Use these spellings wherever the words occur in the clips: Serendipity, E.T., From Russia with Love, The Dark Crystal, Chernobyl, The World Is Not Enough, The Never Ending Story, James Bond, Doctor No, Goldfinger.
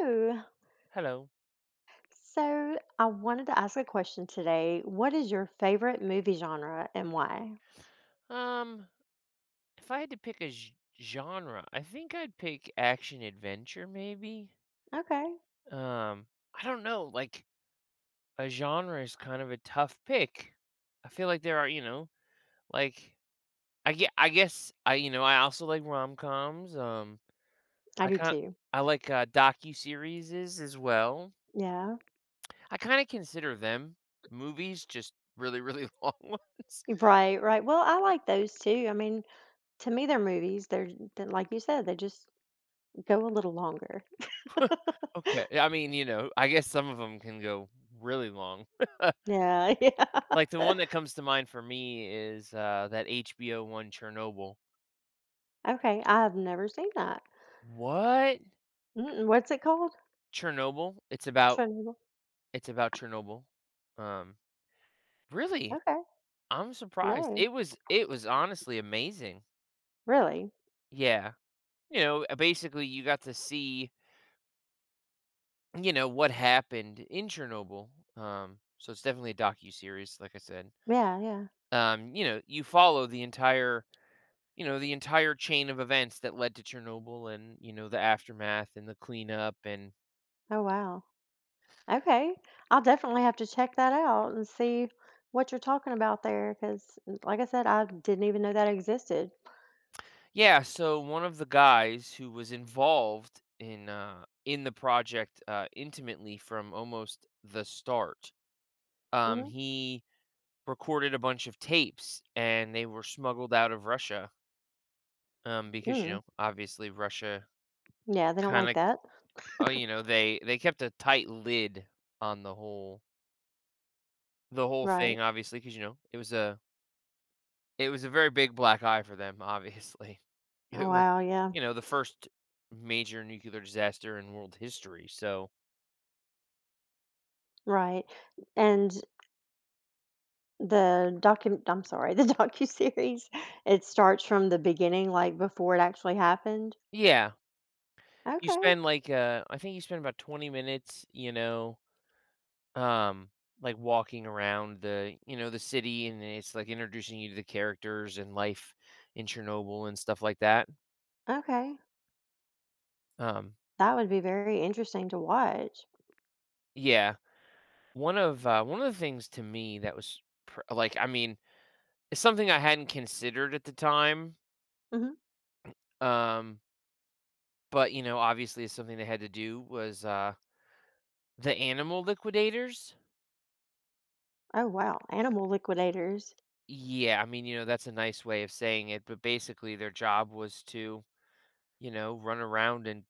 Hello. Hello. So, I wanted to ask a question today. What is your favorite movie genre and why? Um, if I had to pick a genre, I think I'd pick action adventure maybe. Okay, Um, I don't know, like a genre is kind of a tough pick. I feel like there are, like I guess I also like rom-coms. I I do kind too. I like docu-series as well. Yeah, I kind of consider them movies just really really long ones. right, right. Well, I like those too. I mean, to me, they're movies. They're, they like you said, they just go a little longer. Okay. I mean, you know, I guess some of them can go really long. Yeah, yeah. Like, the one that comes to mind for me is, that HBO one, Chernobyl. Okay, I have never seen that. What? Mm-mm, what's it called? Chernobyl? Chernobyl. It's about Chernobyl. Um, really? Okay, I'm surprised. no, It was honestly amazing. really? Yeah. Basically, you got to see, you know, what happened in Chernobyl. So it's definitely a docu series, like I said. Yeah, yeah. You know, you follow the entire you know, the entire chain of events that led to Chernobyl and, you know, the aftermath and the cleanup and Oh, wow. Okay. I'll definitely have to check that out and see what you're talking about there because, like I said, I didn't even know that existed. Yeah, so one of the guys who was involved in the project intimately from almost the start, hmm he recorded a bunch of tapes, and they were smuggled out of Russia, because you Mm. know obviously Russia Yeah, they don't kind like of, that. You know, they kept a tight lid on the whole Right. thing obviously because you know it was a very big black eye for them, obviously. It was, Wow. Yeah. you know, the first major nuclear disaster in world history, so Right. And the docu I'm sorry, the docu-series, it starts from the beginning, like before it actually happened. Yeah, you Okay. spend, like, I think you spend about 20 minutes, you know, um, like, walking around the you know, the city, and it's, like, introducing you to the characters and life in Chernobyl and stuff like that, Okay. um That would be very interesting to watch. Yeah. One of the things to me that was pr like, I mean, it's something I hadn't considered at the time, hmm um But, you know, obviously something they had to do was, the animal liquidators? Oh, wow. Animal liquidators. Yeah, I mean, you know, that's a nice way of saying it, but basically their job was to, you know, run around and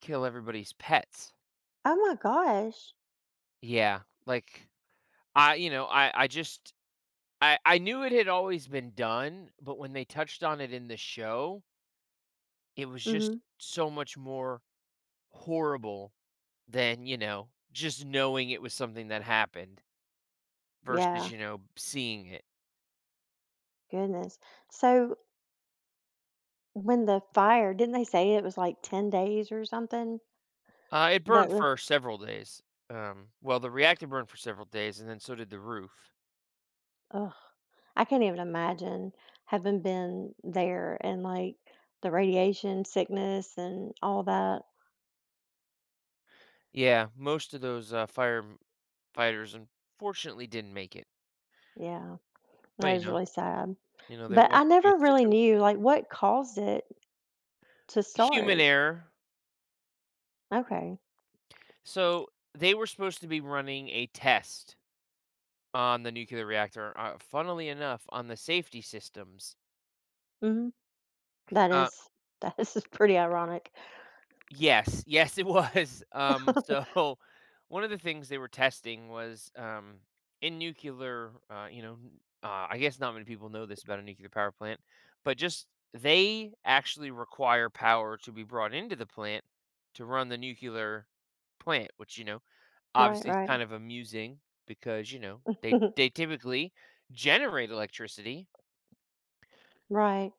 kill everybody's pets. Oh my gosh. Yeah, like I just I knew it had always been done, but when they touched on it in the show, it was just hmm so much more horrible than, you know, just knowing it was something that happened versus, Yeah. you know, seeing it. Goodness. So when the fire, didn't they say it was like 10 days or something? It That burned the for several days. Well, the reactor burned for several days, and then so did the roof. ugh, I can't even imagine having been there and like the radiation sickness and all that. Yeah, most of those firefighters unfortunately didn't make it, Yeah, but that is really sad. you know, they But I walked into never really knew like what caused it to human start. error. Okay. So they were supposed to be running a test on the nuclear reactor. Funnily enough, on the safety systems. hmm That is that is pretty ironic. Yes, yes, it was. So one of the things they were testing was, in nuclear, you know, I guess not many people know this about a nuclear power plant, but just they actually require power to be brought into the plant to run the nuclear plant, which, you know, Right, obviously is right. kind of amusing because, you know, they, they typically generate electricity Right.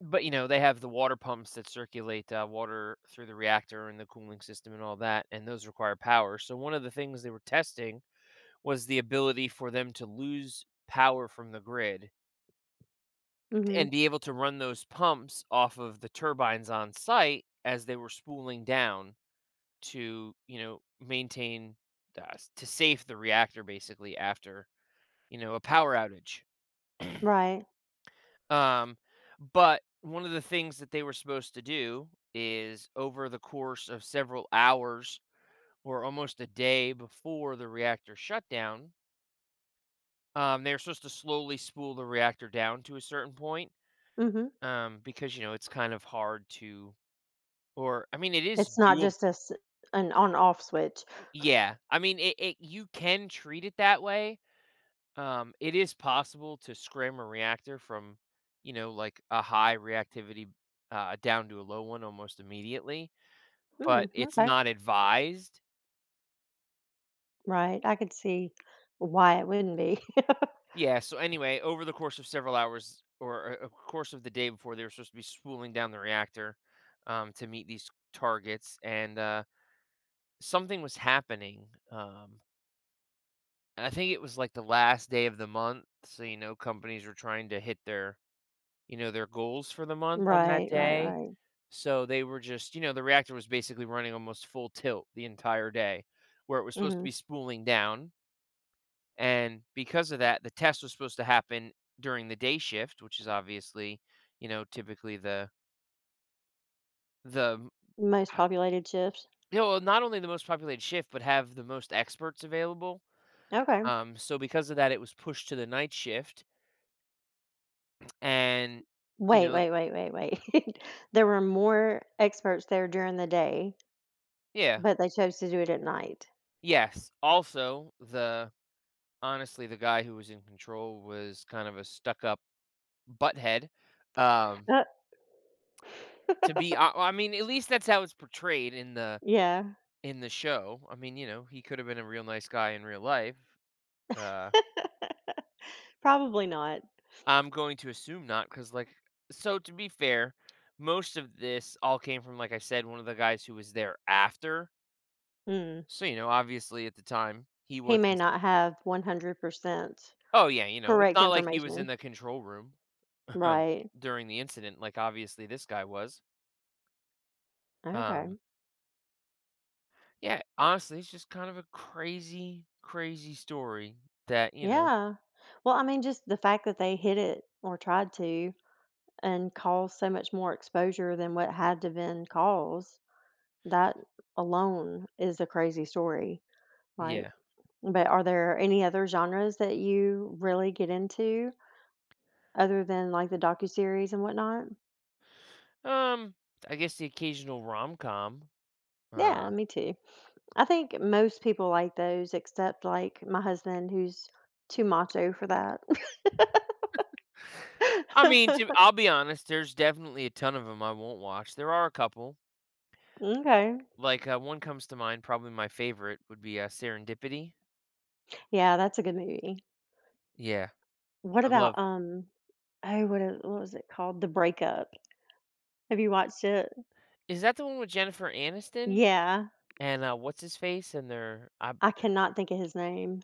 but, you know, they have the water pumps that circulate, water through the reactor and the cooling system and all that, and those require power. So one of the things they were testing was the ability for them to lose power from the grid hmm and be able to run those pumps off of the turbines on site as they were spooling down to, you know, maintain, to safe the reactor basically after, you know, a power outage. Right. Um, but one of the things that they were supposed to do is over the course of several hours or almost a day before the reactor shutdown, they were supposed to slowly spool the reactor down to a certain point, hmm because, you know, it's kind of hard to, or I mean, it is It's not doable. just an on off switch. Yeah, I mean, it you can treat it that way. It is possible to scram a reactor from, you know, like a high reactivity, down to a low one almost immediately. But Mm, it's okay. not advised. Right. I could see why it wouldn't be. Yeah, so anyway, over the course of several hours or course of the day before, they were supposed to be spooling down the reactor, to meet these targets, and, something was happening, I think it was, like, the last day of the month, so, you know, companies were trying to hit their, you know, their goals for the month on that Right, right, day, right. so they were just, you know, the reactor was basically running almost full tilt the entire day, where it was supposed to hmm be spooling down. And because of that, the test was supposed to happen during the day shift, which is obviously, you know, typically the Most populated shifts. you know, not only the most populated shift, but have the most experts available. Okay. So because of that, it was pushed to the night shift, and you Wait, know, wait, wait, wait, wait. There were more experts there during the day, yeah, but they chose to do it at night. yes. Also, the honestly, the guy who was in control was kind of a stuck-up butthead. Um, Uh, I mean, at least that's how it's portrayed yeah, in the show. I mean, you know, he could have been a real nice guy in real life. Uh, probably not. I'm going to assume not, because like, so to be fair, most of this all came from, like I said, one of the guys who was there after. Mm. So you know, obviously at the time he He may wasn't. not have 100% Oh yeah, you know, it's correct not like he was in information. the control room um, Right. during the incident. Like obviously this guy was. Okay. Um, yeah, honestly, it's just kind of a crazy, crazy story that you know. Yeah. Well, I mean, just the fact that they hit it or tried to and cause so much more exposure than what had to been caused, that alone is a crazy story. Like, Yeah. but are there any other genres that you really get into other than like the docuseries and whatnot? Um, I guess the occasional rom com. Yeah, Uh me too. I think most people like those except like my husband who's too macho for that. I mean, to I'll be honest, there's definitely a ton of them I won't watch. There are a couple. Okay. Like, one comes to mind, probably my favorite would be, Serendipity. Yeah, that's a good movie. Yeah, What I love about what was it called? The Breakup. Have you watched it? Is that the one with Jennifer Aniston Yeah, and, what's his face and their I cannot think of his name.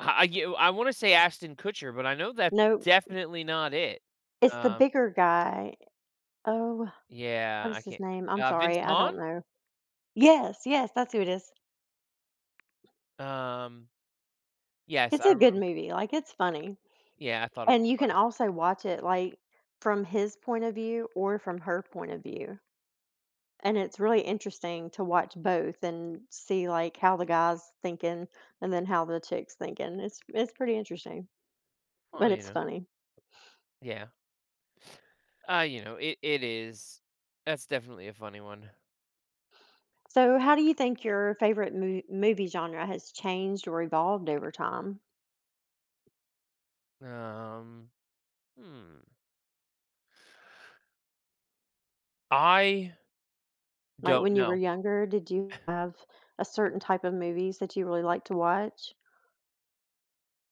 I wanna say Ashton Kutcher, but I know that's No, definitely not it. it's the Um, bigger guy. Oh, yeah, what I is his can't, name? I'm Vince sorry, I Vaughn? don't know. Yes, yes, that's who it is. Um, yes, It's I a good remember. movie, like, it's funny, Yeah, I thought it and was you can funny. also watch it, like, from his point of view or from her point of view, and it's really interesting to watch both and see, like, how the guy's thinking and then how the chick's thinking. It's pretty interesting, Well, but you it's know, funny. yeah. You know, it is. That's definitely a funny one. So, how do you think your favorite movie genre has changed or evolved over time? Um, hmm. I Like don't when you were know. younger, did you have a certain type of movies that you really like to watch?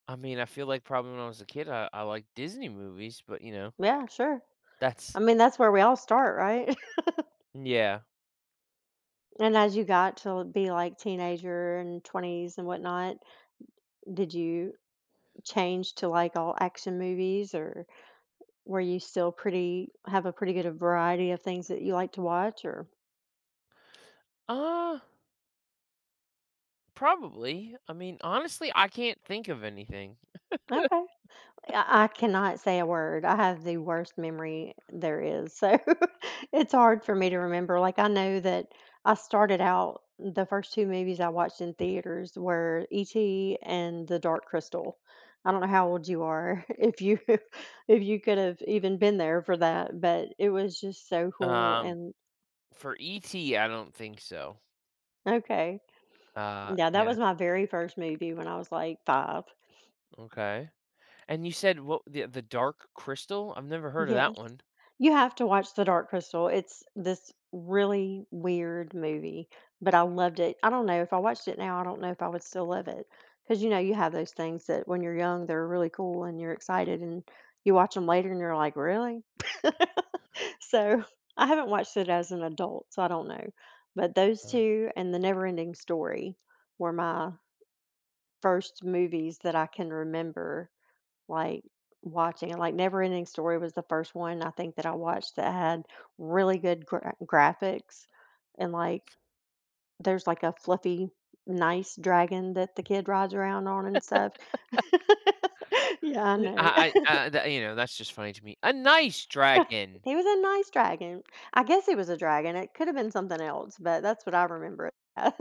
I mean, I feel like probably when I was a kid, I liked Disney movies, but you know, Yeah, sure. that's I mean, that's where we all start, right? yeah. And as you got to be like teenager and 20s and whatnot, did you change to like all action movies or were you still pretty have a pretty good variety of things that you like to watch or Uh, probably. I mean, honestly, I can't think of anything. okay. I cannot say a word. I have the worst memory there is. So it's hard for me to remember. Like, I know that I started out, the first two movies I watched in theaters were E.T. and The Dark Crystal. I don't know how old you are if you if you could have even been there for that, but it was just so cool Um, and for E.T., I don't think so. okay. Yeah, that Yeah, was my very first movie when I was like 5. okay. And you said what the Dark Crystal? I've never heard of Yes. that one. You have to watch The Dark Crystal. It's this really weird movie, but I loved it. I don't know if I watched it now, I don't know if I would still love it. Because, you know, you have those things that when you're young, they're really cool and you're excited, and you watch them later and you're like, really? So I haven't watched it as an adult, so I don't know. But those Um, two and The Never Ending Story were my first movies that I can remember like, watching it, like, Neverending Story was the first one I think that I watched that had really good graphics, and, like, there's, like, a fluffy, nice dragon that the kid rides around on and stuff. Yeah, I know. I that, you know, that's just funny to me. A nice dragon. He was a nice dragon. I guess he was a dragon, it could've been something else, but that's what I remember it as.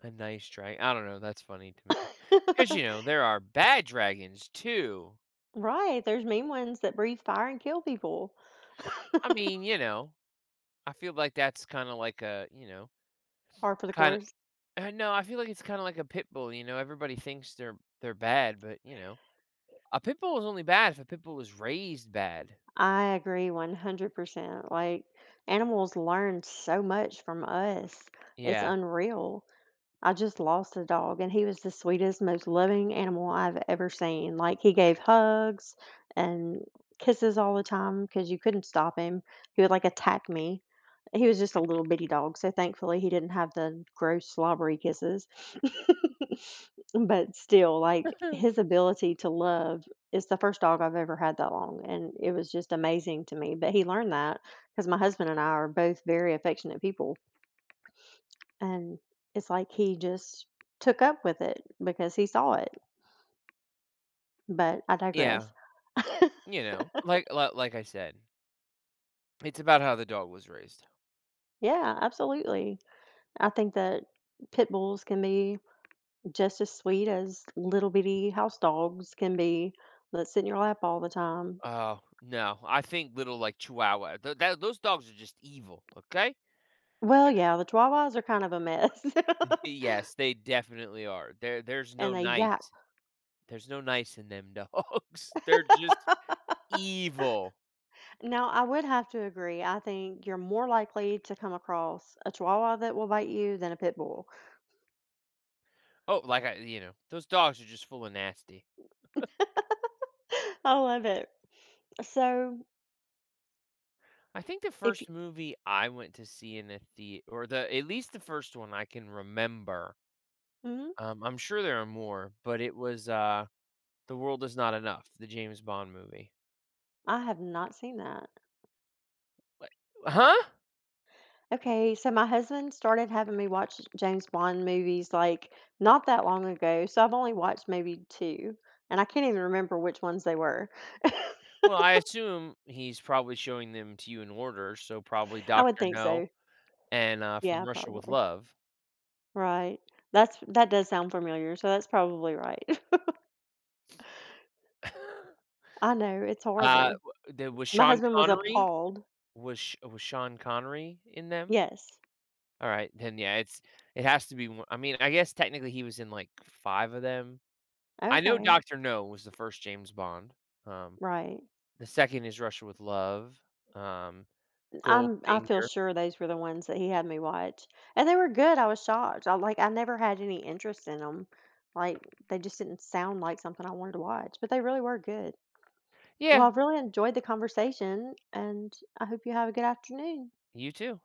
A nice dragon. I don't know, that's funny to me, because you know, there are bad dragons too. Right, there's mean ones that breathe fire and kill people. I mean, you know, I feel like that's kinda like a, you know, Par for the kinda, course. No, I feel like it's kinda like a pit bull, you know, everybody thinks they're bad, but, you know, a pit bull is only bad if a pit bull was raised bad. I agree 100%. Like, animals learn so much from us. It's Yeah. unreal. I just lost a dog, and he was the sweetest, most loving animal I've ever seen. Like, he gave hugs and kisses all the time because you couldn't stop him. He would like attack me. He was just a little bitty dog, so thankfully he didn't have the gross slobbery kisses. But still, like his ability to love is the first dog I've ever had that long, and it was just amazing to me. But he learned that because my husband and I are both very affectionate people and it's like he just took up with it because he saw it. But I Yeah, digress. you know, like I said, it's about how the dog was raised. Yeah, absolutely. I think that pit bulls can be just as sweet as little bitty house dogs can be that sit in your lap all the time. Oh, no, I think little, like, Chihuahua, th that those dogs are just evil, okay? Well, yeah, the Chihuahuas are kind of a mess Yes, they definitely are. There's and no they yap. nice. There's no nice in them dogs. They're just evil. Now, I would have to agree. I think you're more likely to come across a Chihuahua that will bite you than a pit bull. Oh, like those dogs are just full of nasty. I love it. So, I think the if you, first movie I went to see in a the or the at least the first one I can remember. mhm. I'm sure there are more, but it was The World Is Not Enough, the James Bond movie. I have not seen that. What? Huh? Okay, so my husband started having me watch James Bond movies like not that long ago. So I've only watched maybe two, and I can't even remember which ones they were. Well, I assume he's probably showing them to you in order, so probably I would Doctor think No so. and, From Yeah, Russia with probably. Love. Right. That's that does sound familiar. So that's probably right. I know, it's Uh, horrible. w the was My Sean husband was Connery, appalled. Was Sean Connery in them? Yes. Alright, then, yeah, it has to be one. I mean, I guess technically he was in, like, 5 of them. I know Okay. Doctor No was the first James Bond. Um, Right. the second is Russia with Love, um, I feel Goldfinger. sure those were the ones that he had me watch, and they were good. I was shocked. I never had any interest in them. Like they just didn't sound like something I wanted to watch, but they really were good. Well, Yeah, I've really enjoyed the conversation, and I hope you have a good afternoon. you too.